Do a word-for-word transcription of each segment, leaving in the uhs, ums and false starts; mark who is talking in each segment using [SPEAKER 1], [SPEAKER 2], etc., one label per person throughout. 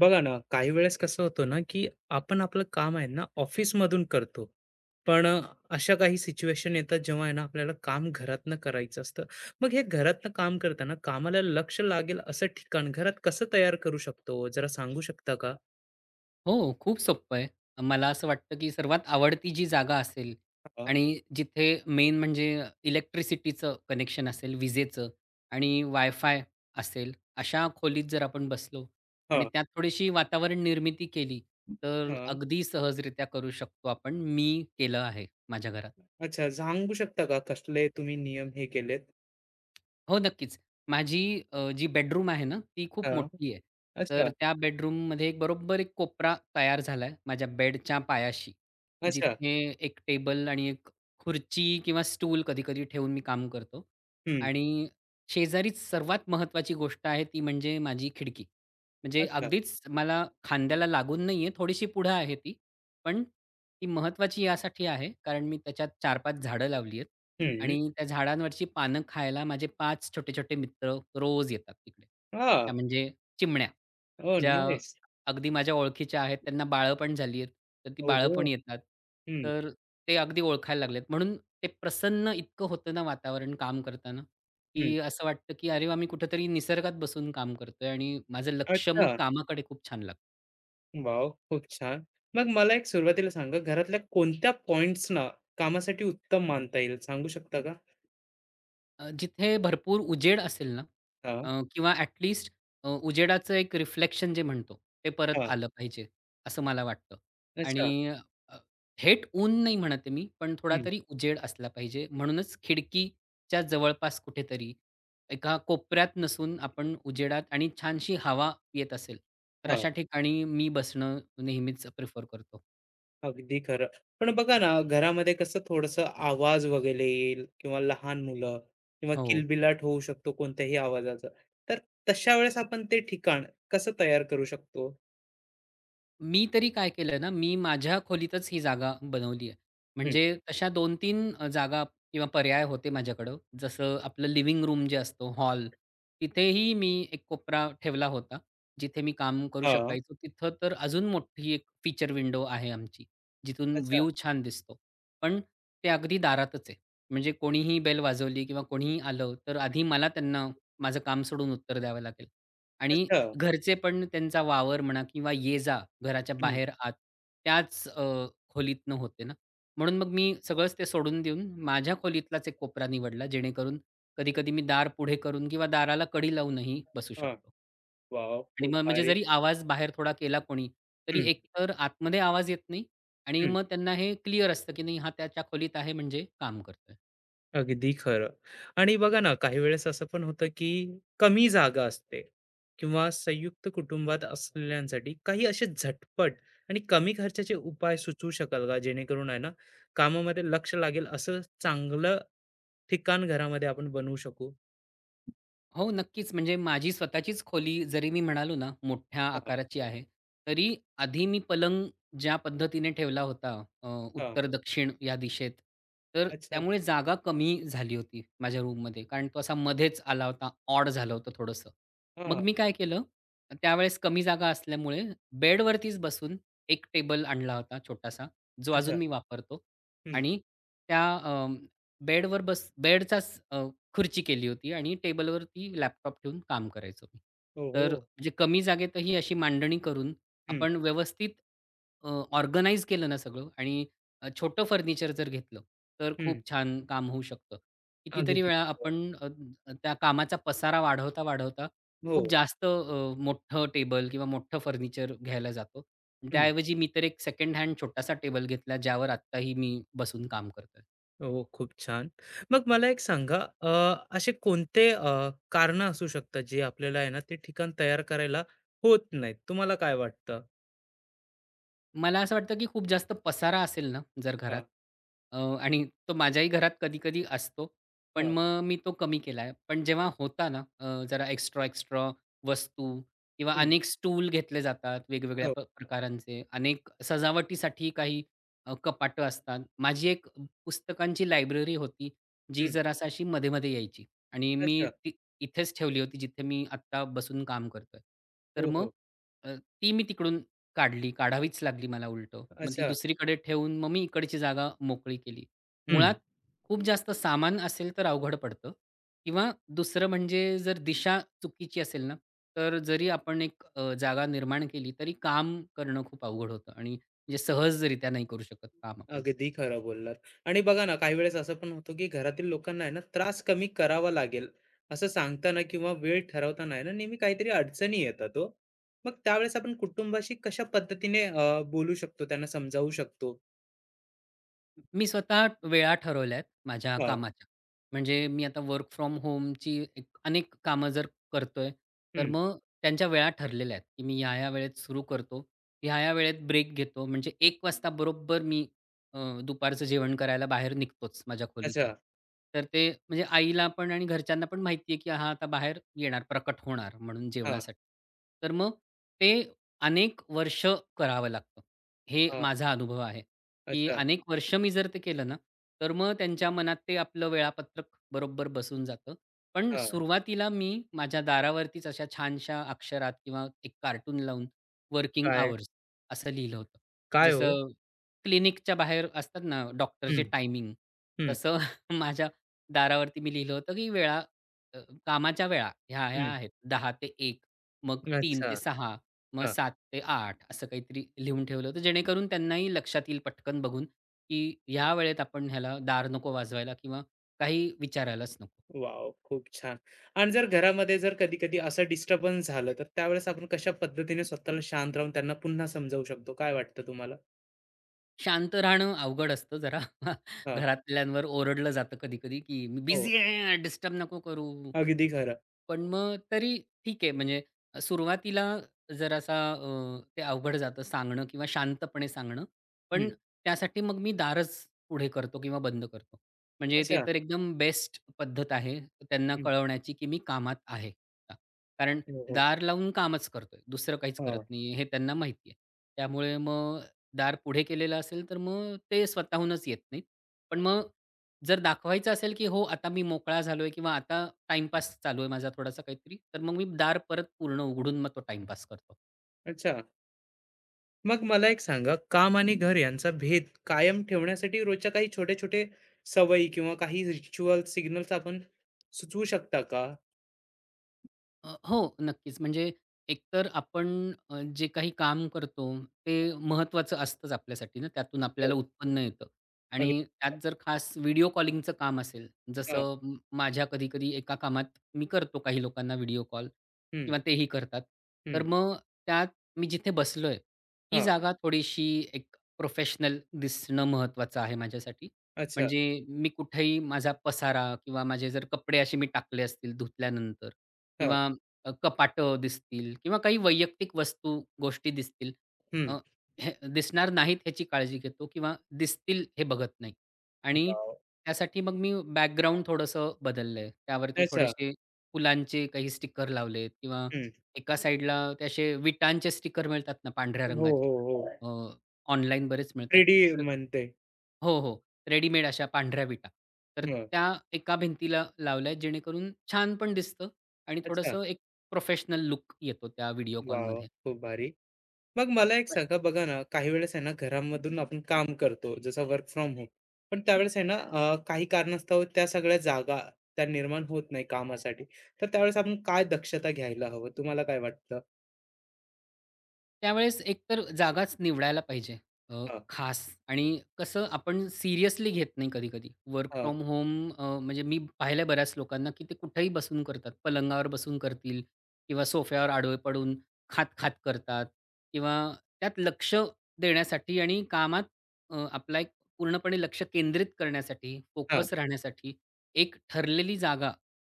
[SPEAKER 1] बघा ना, काही वेळेस कसं होतं ना, की आपण आपलं काम आहे ना, ऑफिसमधून करतो. पण अ, अशा काही सिच्युएशन येतात, जेव्हा आहे ना, आपल्याला काम घरातनं करायचं असतं. मग हे घरातनं काम करताना कामाला लक्ष लागेल असं ठिकाण घरात कसं तयार करू शकतो, जरा सांगू शकता का?
[SPEAKER 2] हो, खूप सोप्पं आहे. मला असं वाटतं, की सर्वात आवडती जी जागा असेल
[SPEAKER 1] हां,
[SPEAKER 2] आणि जिथे मेन म्हणजे इलेक्ट्रिसिटीचं कनेक्शन असेल, विजेचं आणि वाय-फाय असेल, अशा खोलीत जर आपण बसलो आणि
[SPEAKER 1] हां,
[SPEAKER 2] त्यात थोडीशी वातावरण निर्मिती केली, तर
[SPEAKER 1] हां.
[SPEAKER 2] अगदी सहजरित्या करू शकतो आपण. मी केलं आहे माझ्या घरात.
[SPEAKER 1] अच्छा, सांगू शकता का कसले तुम्ही नियम हे केलेत?
[SPEAKER 2] हो, नक्कीच. माझी अ, जी बेडरूम आहे ना, ती खूप
[SPEAKER 1] हां.
[SPEAKER 2] मोठी आहे. तर
[SPEAKER 1] अच्छा,
[SPEAKER 2] त्या बेडरूममध्ये एक बरोबर एक कोपरा तयार झाला आहे माझ्या बेडच्या पायाशी.
[SPEAKER 1] अच्छा.
[SPEAKER 2] जिथे एक टेबल आणि एक खुर्ची किंवा स्टूल कधी-कधी ठेवून मी काम करतो.
[SPEAKER 1] हं.
[SPEAKER 2] आणि शेजारीच सर्वात महत्त्वाची गोष्ट आहे ती म्हणजे माझी खिडकी. म्हणजे
[SPEAKER 1] अच्छा.
[SPEAKER 2] अगदीच मला खांद्याला लागून नाही आहे, थोडीशी पुढं आहे ती. पण ती महत्त्वाची यासाठी आहे कारण मी त्याच्यात चार पाच झाडं लावली आहेत.
[SPEAKER 1] हं.
[SPEAKER 2] आणि त्या झाडांवरची पानं खायला माझे पाच छोटे-छोटे मित्र रोज येतात तिकडे.
[SPEAKER 1] हां.
[SPEAKER 2] त्या म्हणजे चिमण्या,
[SPEAKER 1] ओह
[SPEAKER 2] ज्या
[SPEAKER 1] नाईस.
[SPEAKER 2] अगदी माझ्या ओळखीच्या आहेत. त्यांना बाळं पण झाली आहेत. तर ती बाळं
[SPEAKER 1] ओहो!
[SPEAKER 2] पण येतात.
[SPEAKER 1] हं,
[SPEAKER 2] तर ते अगदी ओळखायला लागलेत. म्हणून ते प्रसन्न इतकं होतं ना वातावरण काम करताना,
[SPEAKER 1] हं.
[SPEAKER 2] की असं वाटतं, की अरे वाह! मी कुठेतरी निसर्गात बसून काम करतोय आणि माझं लक्ष
[SPEAKER 1] अच्छा.
[SPEAKER 2] मग कामाकडे खूप छान लागतं.
[SPEAKER 1] वॉव! खूप छान. मग मला एक सुरुवातीला सांगा, घरातल्या कोणत्या पॉइंट्सना कामासाठी उत्तम मानता येईल, सांगू शकता का?
[SPEAKER 2] अ, जिथे भरपूर उजेड असेल ना
[SPEAKER 1] हां,
[SPEAKER 2] अ, किंवा ॲट उजेडाचं एक रिफ्लेक्शन जे म्हणतो ते परत
[SPEAKER 1] हां.
[SPEAKER 2] आलं पाहिजे, असं मला वाटतं. आणि
[SPEAKER 1] अच्छा.
[SPEAKER 2] अ, थेट ऊन नाही म्हणत मी, पण थोडा
[SPEAKER 1] हं.
[SPEAKER 2] तरी उजेड असला पाहिजे. म्हणूनच खिडकीच्या जवळपास कुठेतरी एका कोपऱ्यात नसून आपण उजेडात आणि छानशी हवा येत असेल, तर
[SPEAKER 1] हां.
[SPEAKER 2] अशा ठिकाणी मी बसणं नेहमीच प्रिफर करतो.
[SPEAKER 1] अगदी खरं. पण बघा ना, घरामध्ये कसं थोडंसं आवाज वगैरे येईल किंवा लहान मुलं किंवा
[SPEAKER 2] हो.
[SPEAKER 1] किलबिलाट होऊ शकतो कोणत्याही आवाजाचा. तर तशा वेळेस आपण ते ठिकाण कसं तयार करू शकतो?
[SPEAKER 2] मी तरी काय केलं ना, मी माझ्या खोलीतच ही जागा बनवली आहे.
[SPEAKER 1] हं.
[SPEAKER 2] म्हणजे तशा दोन तीन अ, जागा किंवा पर्याय होते माझ्याकडं. जसं आपलं लिव्हिंग रूम जे असतो, हॉल, तिथेही मी एक कोपरा ठेवला होता, जिथे मी काम करू
[SPEAKER 1] हां.
[SPEAKER 2] शकायचो. तिथं तर अजून मोठी एक फीचर विंडो आहे आमची, जिथून
[SPEAKER 1] अच्छा.
[SPEAKER 2] व्ह्यू छान दिसतो. पण ते अगदी दारातच आहे. म्हणजे कोणीही बेल वाजवली किंवा कोणीही आलं, तर आधी मला त्यांना माझं काम सोडून उत्तर द्यावं लागेल. आणि
[SPEAKER 1] अच्छा.
[SPEAKER 2] घरचे पण त्यांचा वावर म्हणा किंवा ये-जा घराच्या
[SPEAKER 1] हं.
[SPEAKER 2] बाहेर आत त्याच अ, खोलीतनं होते ना. म्हणून मग मी सगळंच ते सोडून देऊन माझ्या खोलीतलाच एक कोपरा निवडला जेणेकरून कधी-कधी मी दार पुढे करून किंवा दाराला कडी लावूनही बसू
[SPEAKER 1] हां.
[SPEAKER 2] शकतो.
[SPEAKER 1] वॉव!
[SPEAKER 2] आणि
[SPEAKER 1] खूप
[SPEAKER 2] मग म्हणजे
[SPEAKER 1] भारी.
[SPEAKER 2] जरी आवाज बाहेर थोडा केला कोणी, तरी
[SPEAKER 1] हं,
[SPEAKER 2] एकतर आतमध्ये आवाज येत नाही आणि मग त्यांना हे क्लिअर असतं, की नाही हा त्याच्या खोलीत आहे म्हणजे काम करतोय.
[SPEAKER 1] अगदी खरं. आणि बघा ना, काही वेळेस असं पण होतं, की कमी जागा असते किंवा संयुक्त कुटुंबात असलेल्यांसाठी काही असे झटपट आणि कमी खर्चाचे उपाय सुचवू शकाल का? जेणेकरून आहे ना, कामामध्ये लक्ष लागेल असं चांगलं ठिकाण घरामध्ये आपण बनवू शकू?
[SPEAKER 2] हो, नक्कीच. म्हणजे माझी स्वतःचीच खोली जरी मी म्हणालो ना, मोठ्या
[SPEAKER 1] हां,
[SPEAKER 2] आकाराची आहे, तरी आधी मी पलंग ज्या पद्धतीने ठेवला होता अ,
[SPEAKER 1] हां.
[SPEAKER 2] उत्तर-दक्षिण या दिशेत, तर
[SPEAKER 1] अच्छा.
[SPEAKER 2] त्यामुळे जागा कमी झाली होती माझ्या रूममध्ये. कारण तो असा मध्येच आला होता, ऑड झालं होतं थोडंसं.
[SPEAKER 1] हां,
[SPEAKER 2] मग मी काय केलं, त्यावेळेस कमी जागा असल्यामुळे बेडवरतीच बसून एक टेबल आणला होता छोटासा, जो
[SPEAKER 1] अच्छा.
[SPEAKER 2] अजून मी वापरतो
[SPEAKER 1] हं.
[SPEAKER 2] आणि त्या अ, बेडवर बस बेडचाच अ, खुर्ची केली होती आणि टेबलवरती लॅपटॉप ठेवून काम करायचो मी.
[SPEAKER 1] हो,
[SPEAKER 2] तर
[SPEAKER 1] हो.
[SPEAKER 2] म्हणजे कमी जागेतही अशी मांडणी करून
[SPEAKER 1] हं,
[SPEAKER 2] आपण व्यवस्थित अ, ऑर्गनाइज केलं ना सगळं आणि अ, छोटं फर्निचर जर घेतलं, तर
[SPEAKER 1] हं.
[SPEAKER 2] खूप छान काम होऊ शकतं. कितीतरी
[SPEAKER 1] अगदी.
[SPEAKER 2] वेळा आपण अ, त्या कामाचा पसारा वाढवता, वाढवता खूप
[SPEAKER 1] हो.
[SPEAKER 2] जास्त अ, मोठं टेबल किंवा मोठं फर्निचर घ्यायला जातो. त्याऐवजी मी तर एक सेकंड हँड छोटासा टेबल घेतला, ज्यावर आत्ताही मी बसून काम करतोय.
[SPEAKER 1] हो, खूप छान. मग मला एक सांगा, अ, असे कोणते अ, कारणं असू शकतात, जे आपल्याला आहे ना, ते ठिकाण तयार करायला होत नाहीत? तुम्हाला काय वाटतं?
[SPEAKER 2] मला असं वाटतं, की खूप जास्त पसारा असेल ना जर घरात
[SPEAKER 1] हां,
[SPEAKER 2] अ, आणि तो माझ्याही घरात कधी-कधी असतो. पण
[SPEAKER 1] हां.
[SPEAKER 2] मग मी तो कमी केला आहे. पण जेव्हा होता ना अ, जरा एक्स्ट्रा, एक्स्ट्रा वस्तू किंवा
[SPEAKER 1] हं,
[SPEAKER 2] अनेक स्टूल घेतले जातात वेगवेगळ्या
[SPEAKER 1] हो.
[SPEAKER 2] प प्रकारांचे. अनेक सजावटीसाठी काही अ, कपाटं असतात. माझी एक पुस्तकांची लायब्ररी होती, जी
[SPEAKER 1] हं.
[SPEAKER 2] जरासा अशी मध्ये-मध्ये यायची आणि मी
[SPEAKER 1] अच्छा.
[SPEAKER 2] ती इथेच ठेवली होती, जिथे मी आत्ता बसून काम करतोय. तर
[SPEAKER 1] हो,
[SPEAKER 2] मग
[SPEAKER 1] हो.
[SPEAKER 2] अ, ती मी तिकडून काढली, काढावीच लागली मला उलटं. मग ती
[SPEAKER 1] अच्छा.
[SPEAKER 2] दुसरीकडे ठेवून मग मी इकडची जागा मोकळी केली.
[SPEAKER 1] हं.
[SPEAKER 2] मुळात खूप जास्त सामान असेल तर अवघड पडतं किंवा दुसरं म्हणजे जर दिशा चुकीची असेल ना, तर जरी आपण एक अ, जागा निर्माण केली, तरी काम करणं खूप अवघड होतं आणि म्हणजे सहजरित्या नाही करू शकत काम आपण.
[SPEAKER 1] अगदी खरं बोललात. आणि बघा ना, काही वेळेस असं पण होतं, की घरातील लोकांना आहे ना, त्रास कमी करावा लागेल, असं सांगताना किंवा वेळ ठरवताना आहे ना, नेहमी काहीतरी अडचणी येतात हो. मग त्यावेळेस आपण कुटुंबाशी कशा पद्धतीने अ, बोलू शकतो, त्यांना समजावू शकतो?
[SPEAKER 2] मी स्वतः वेळा ठरवल्यात माझ्या
[SPEAKER 1] हां.
[SPEAKER 2] कामाच्या. म्हणजे मी आता वर्क फ्रॉम होमची एक अनेक कामं जर करतोय, तर
[SPEAKER 1] हं.
[SPEAKER 2] मग त्यांच्या वेळा ठरलेल्या आहेत, की मी या-या वेळेत सुरू करतो. ह्या-ह्या वेळेत ब्रेक घेतो. म्हणजे एक वाजता बरोबर मी अ, दुपारचं जेवण करायला बाहेर निघतोच माझ्या खोलीच्या.
[SPEAKER 1] अच्छा.
[SPEAKER 2] तर ते म्हणजे आईला पण आणि घरच्यांना पण माहिती आहे, की हा आता बाहेर येणार, प्रकट होणार म्हणून
[SPEAKER 1] हां,
[SPEAKER 2] जेवणासाठी. तर मग ते अनेक वर्ष करावं लागतं. हे
[SPEAKER 1] हां.
[SPEAKER 2] माझा अनुभव आहे. की
[SPEAKER 1] अच्छा.
[SPEAKER 2] अनेक वर्ष मी जर ते केलं ना, तर मग त्यांच्या मनात ते आपलं वेळापत्रक बरोबर बसून जातं. पण
[SPEAKER 1] हां.
[SPEAKER 2] सुरुवातीला मी माझ्या दारावरतीच अशा छानशा अक्षरात किंवा एक कार्टून लावून वर्किंग
[SPEAKER 1] काय?
[SPEAKER 2] अवर्स असं लिहिलं होतं.
[SPEAKER 1] काय हो?
[SPEAKER 2] जसं क्लिनिकच्या बाहेर असतात ना डॉक्टरचे
[SPEAKER 1] हं,
[SPEAKER 2] टायमिंग,
[SPEAKER 1] हं,
[SPEAKER 2] तसं माझ्या दारावरती मी लिहिलं होतं की वेळा अ, कामाच्या वेळा ह्या-ह्या
[SPEAKER 1] हं.
[SPEAKER 2] आहेत. दहा ते एक, मग तीन
[SPEAKER 1] अच्छा.
[SPEAKER 2] ते सहा मग
[SPEAKER 1] हां.
[SPEAKER 2] सात ते आठ असं काहीतरी लिहून ठेवलं होतं, जेणेकरून त्यांनाही लक्षात येईल पटकन बघून, की ह्या वेळेत आपण ह्याला दार नको वाजवायला किंवा काही विचारायलाच नको.
[SPEAKER 1] वॉव! खूप छान. आणि जर घरामध्ये जर कधी-कधी असं डिस्टर्बन्स झालं, तर त्यावेळेस आपण कशा पद्धतीने स्वतःला शांत राहून त्यांना पुन्हा समजावू शकतो? काय वाटतं तुम्हाला?
[SPEAKER 2] शांत राहणं अवघड असतं जरा.
[SPEAKER 1] हां.
[SPEAKER 2] घरातल्यांवर ओरडलं जातं कधी-कधी, की "मी
[SPEAKER 1] हो.
[SPEAKER 2] बिझी आहे, डिस्टर्ब नको करू."
[SPEAKER 1] अगदी खरं.
[SPEAKER 2] पण मग तरी ठीक आहे म्हणजे सुरुवातीला जरासा अ, ते अवघड जातं सांगणं किंवा शांतपणे सांगणं. पण
[SPEAKER 1] हं.
[SPEAKER 2] त्यासाठी मग मी दारच पुढे करतो किंवा बंद करतो. म्हणजे ते
[SPEAKER 1] अच्छा.
[SPEAKER 2] तर एकदम बेस्ट पद्धत आहे त्यांना
[SPEAKER 1] हं.
[SPEAKER 2] कळवण्याची, की मी कामात आहे आता. कारण
[SPEAKER 1] हो, हो.
[SPEAKER 2] दार लावून कामच करतोय, दुसरं काहीच करत
[SPEAKER 1] हां.
[SPEAKER 2] नाहीये हे त्यांना माहिती आहे. त्यामुळे मग दार पुढे केलेलं असेल, तर मग ते स्वतःहूनच येत नाहीत. पण मग जर दाखवायचं असेल, की हो आता मी मोकळा झालोय किंवा आता टाईमपास चालू आहे माझा थोडासा काहीतरी, तर मग मी दार परत पूर्ण उघडून मग तो टाईमपास करतो.
[SPEAKER 1] अच्छा. मग मला एक सांगा, काम आणि घर यांचा भेद कायम ठेवण्यासाठी रोजच्या काही छोटे-छोटे सवयी किंवा काही रिच्युअल सिग्नल्स आपण सुचवू शकता का?
[SPEAKER 2] अ, हो, नक्कीच. म्हणजे एकतर आपण अ, जे काही काम करतो, ते महत्त्वाचं असतंच आपल्यासाठी ना, त्यातून
[SPEAKER 1] हो.
[SPEAKER 2] आपल्याला उत्पन्न येतं
[SPEAKER 1] अगदी
[SPEAKER 2] आणि त्यात जर खास व्हिडिओ कॉलिंगचं काम असेल,
[SPEAKER 1] हां,
[SPEAKER 2] जसं म माझ्या कधी-कधी एका कामात मी करतो काही लोकांना व्हिडिओ कॉल
[SPEAKER 1] हं,
[SPEAKER 2] किंवा तेही करतात. तर
[SPEAKER 1] हं,
[SPEAKER 2] मग त्यात मी जिथे बसलोय, ती
[SPEAKER 1] हां,
[SPEAKER 2] जागा थोडीशी एक प्रोफेशनल दिसणं महत्त्वाचं आहे माझ्यासाठी.
[SPEAKER 1] अच्छा,
[SPEAKER 2] म्हणजे मी कुठेही माझा पसारा किंवा माझे जर कपडे असे मी टाकले असतील धुतल्यानंतर
[SPEAKER 1] हां,
[SPEAKER 2] किंवा अ, कपाटं दिसतील किंवा काही वैयक्तिक वस्तू, गोष्टी दिसतील.
[SPEAKER 1] हं.
[SPEAKER 2] अ, हे दिसणार नाहीत ह्याची काळजी घेतो किंवा दिसतील हे बघत नाही आणि
[SPEAKER 1] गाव
[SPEAKER 2] त्यासाठी मग मी बॅकग्राऊंड थोडंसं बदललंय. त्यावरती
[SPEAKER 1] अच्छा,
[SPEAKER 2] थोडेसे फुलांचे काही स्टिकर लावलेत किंवा
[SPEAKER 1] हं.
[SPEAKER 2] एका साइडला ते असे विटांचे स्टिकर मिळतात ना पांढऱ्या
[SPEAKER 1] हो,
[SPEAKER 2] रंगाचे.
[SPEAKER 1] हो, हो.
[SPEAKER 2] ऑनलाईन बरेच मिळतात
[SPEAKER 1] थ्री डी
[SPEAKER 2] ते. तर
[SPEAKER 1] म्हणते.
[SPEAKER 2] हो, हो. रेडीमेड अशा पांढऱ्या विटा. तर
[SPEAKER 1] हं,
[SPEAKER 2] त्या एका भिंतीला लावल्या आहेत, जेणेकरून छान पण दिसतं आणि
[SPEAKER 1] अच्छा.
[SPEAKER 2] थोडंसं एक प्रोफेशनल लूक येतो त्या व्हिडिओ
[SPEAKER 1] वाह!
[SPEAKER 2] कॉलमध्ये.
[SPEAKER 1] खूप भारी. मग मला एक सांगा बघा ना, काही वेळेस आहे ना, घरामधून आपण काम करतो, जसं वर्क फ्रॉम होम. पण त्यावेळेस आहे ना, अ, काही कारणास्तव त्या सगळ्या जागा त्या निर्माण होत नाही कामासाठी. तर त्यावेळेस आपण काय दक्षता घ्यायला हवं? तुम्हाला काय वाटतं?
[SPEAKER 2] त्यावेळेस एकतर जागाच निवडायला पाहिजे अ,
[SPEAKER 1] हां,
[SPEAKER 2] खास आणि कसं आपण सिरियसली घेत नाही कधी-कधी. वर्क
[SPEAKER 1] हां,
[SPEAKER 2] फ्रॉम होम अ, म्हणजे मी पाहिलंय बऱ्याच लोकांना, की ते कुठेही बसून करतात. पलंगावर बसून करतील किंवा सोफ्यावर आडवे पडून खात-खात करतात किंवा त्यात लक्ष देण्यासाठी आणि कामात अ, आपला एक पूर्णपणे लक्ष केंद्रित करण्यासाठी,
[SPEAKER 1] हां.
[SPEAKER 2] फोकस राहण्यासाठी एक ठरलेली जागा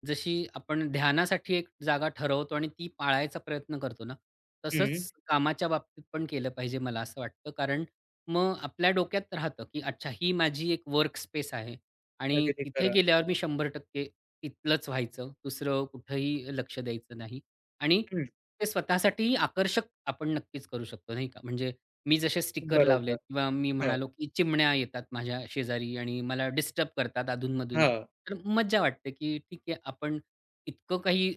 [SPEAKER 2] जशी आपण ध्यानासाठी एक जागा ठरवतो आणि ती पाळायचा प्रयत्न करतो ना,
[SPEAKER 1] हं,
[SPEAKER 2] तसंच कामाच्या बाबतीत पण केलं पाहिजे मला असं वाटतं. कारण मग आपल्या डोक्यात राहतं, की अच्छा ही माझी एक वर्क स्पेस आहे आणि
[SPEAKER 1] अगदी
[SPEAKER 2] तिथे
[SPEAKER 1] खरं.
[SPEAKER 2] गेल्यावर मी शंभर टक्के तिथलंच व्हायचं. दुसरं कुठंही लक्ष द्यायचं नाही आणि
[SPEAKER 1] हं,
[SPEAKER 2] ते स्वतःसाठीही आकर्षक आपण नक्कीच करू शकतो, नाही का? म्हणजे मी जसे स्टिकर
[SPEAKER 1] बरोबर.
[SPEAKER 2] लावलेत किंवा मी
[SPEAKER 1] हां,
[SPEAKER 2] म्हणालो, की चिमण्या येतात माझ्या शेजारी आणि मला डिस्टर्ब करतात अधून-मधून.
[SPEAKER 1] हां,
[SPEAKER 2] तर मज्जा वाटते, की ठीक आहे आपण इतकं काही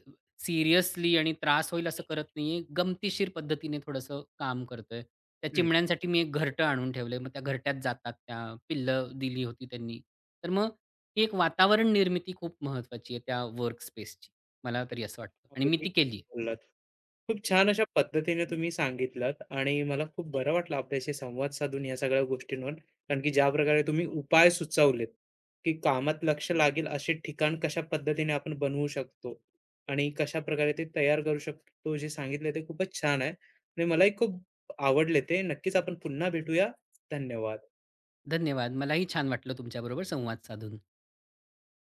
[SPEAKER 2] सीरियसली आणि त्रास होईल असं करत नाहीये. गमतीशीर पद्धतीने थोडंसं काम करतोय. त्या
[SPEAKER 1] हं.
[SPEAKER 2] चिमण्यांसाठी मी एक घरटं आणून ठेवलंय. मग त्या घरट्यात जातात त्या. पिल्लं दिली होती त्यांनी. तर मग ती एक वातावरण निर्मिती खूप महत्त्वाची आहे त्या वर्क स्पेसची. मला तरी असं वाटतं आणि मी
[SPEAKER 1] अगदी
[SPEAKER 2] ती केली
[SPEAKER 1] बोललात. खूप छान अशा पद्धतीने तुम्ही सांगितलंत आणि मला खूप बरं वाटलं आपल्याशी संवाद साधून या सगळ्या गोष्टींवर. कारण की ज्या प्रकारे तुम्ही उपाय सुचवलेत, की कामात लक्ष लागेल असे ठिकाण कशा पद्धतीने आपण बनवू शकतो आणि कशा प्रकारे ते तयार करू शकतो जे सांगितले ते खूपच छान आहे आणि मलाही खूप आवडले ते. नक्कीच आपण पुन्हा भेटूया. धन्यवाद.
[SPEAKER 2] धन्यवाद. मलाही छान वाटलं तुमच्याबरोबर संवाद साधून.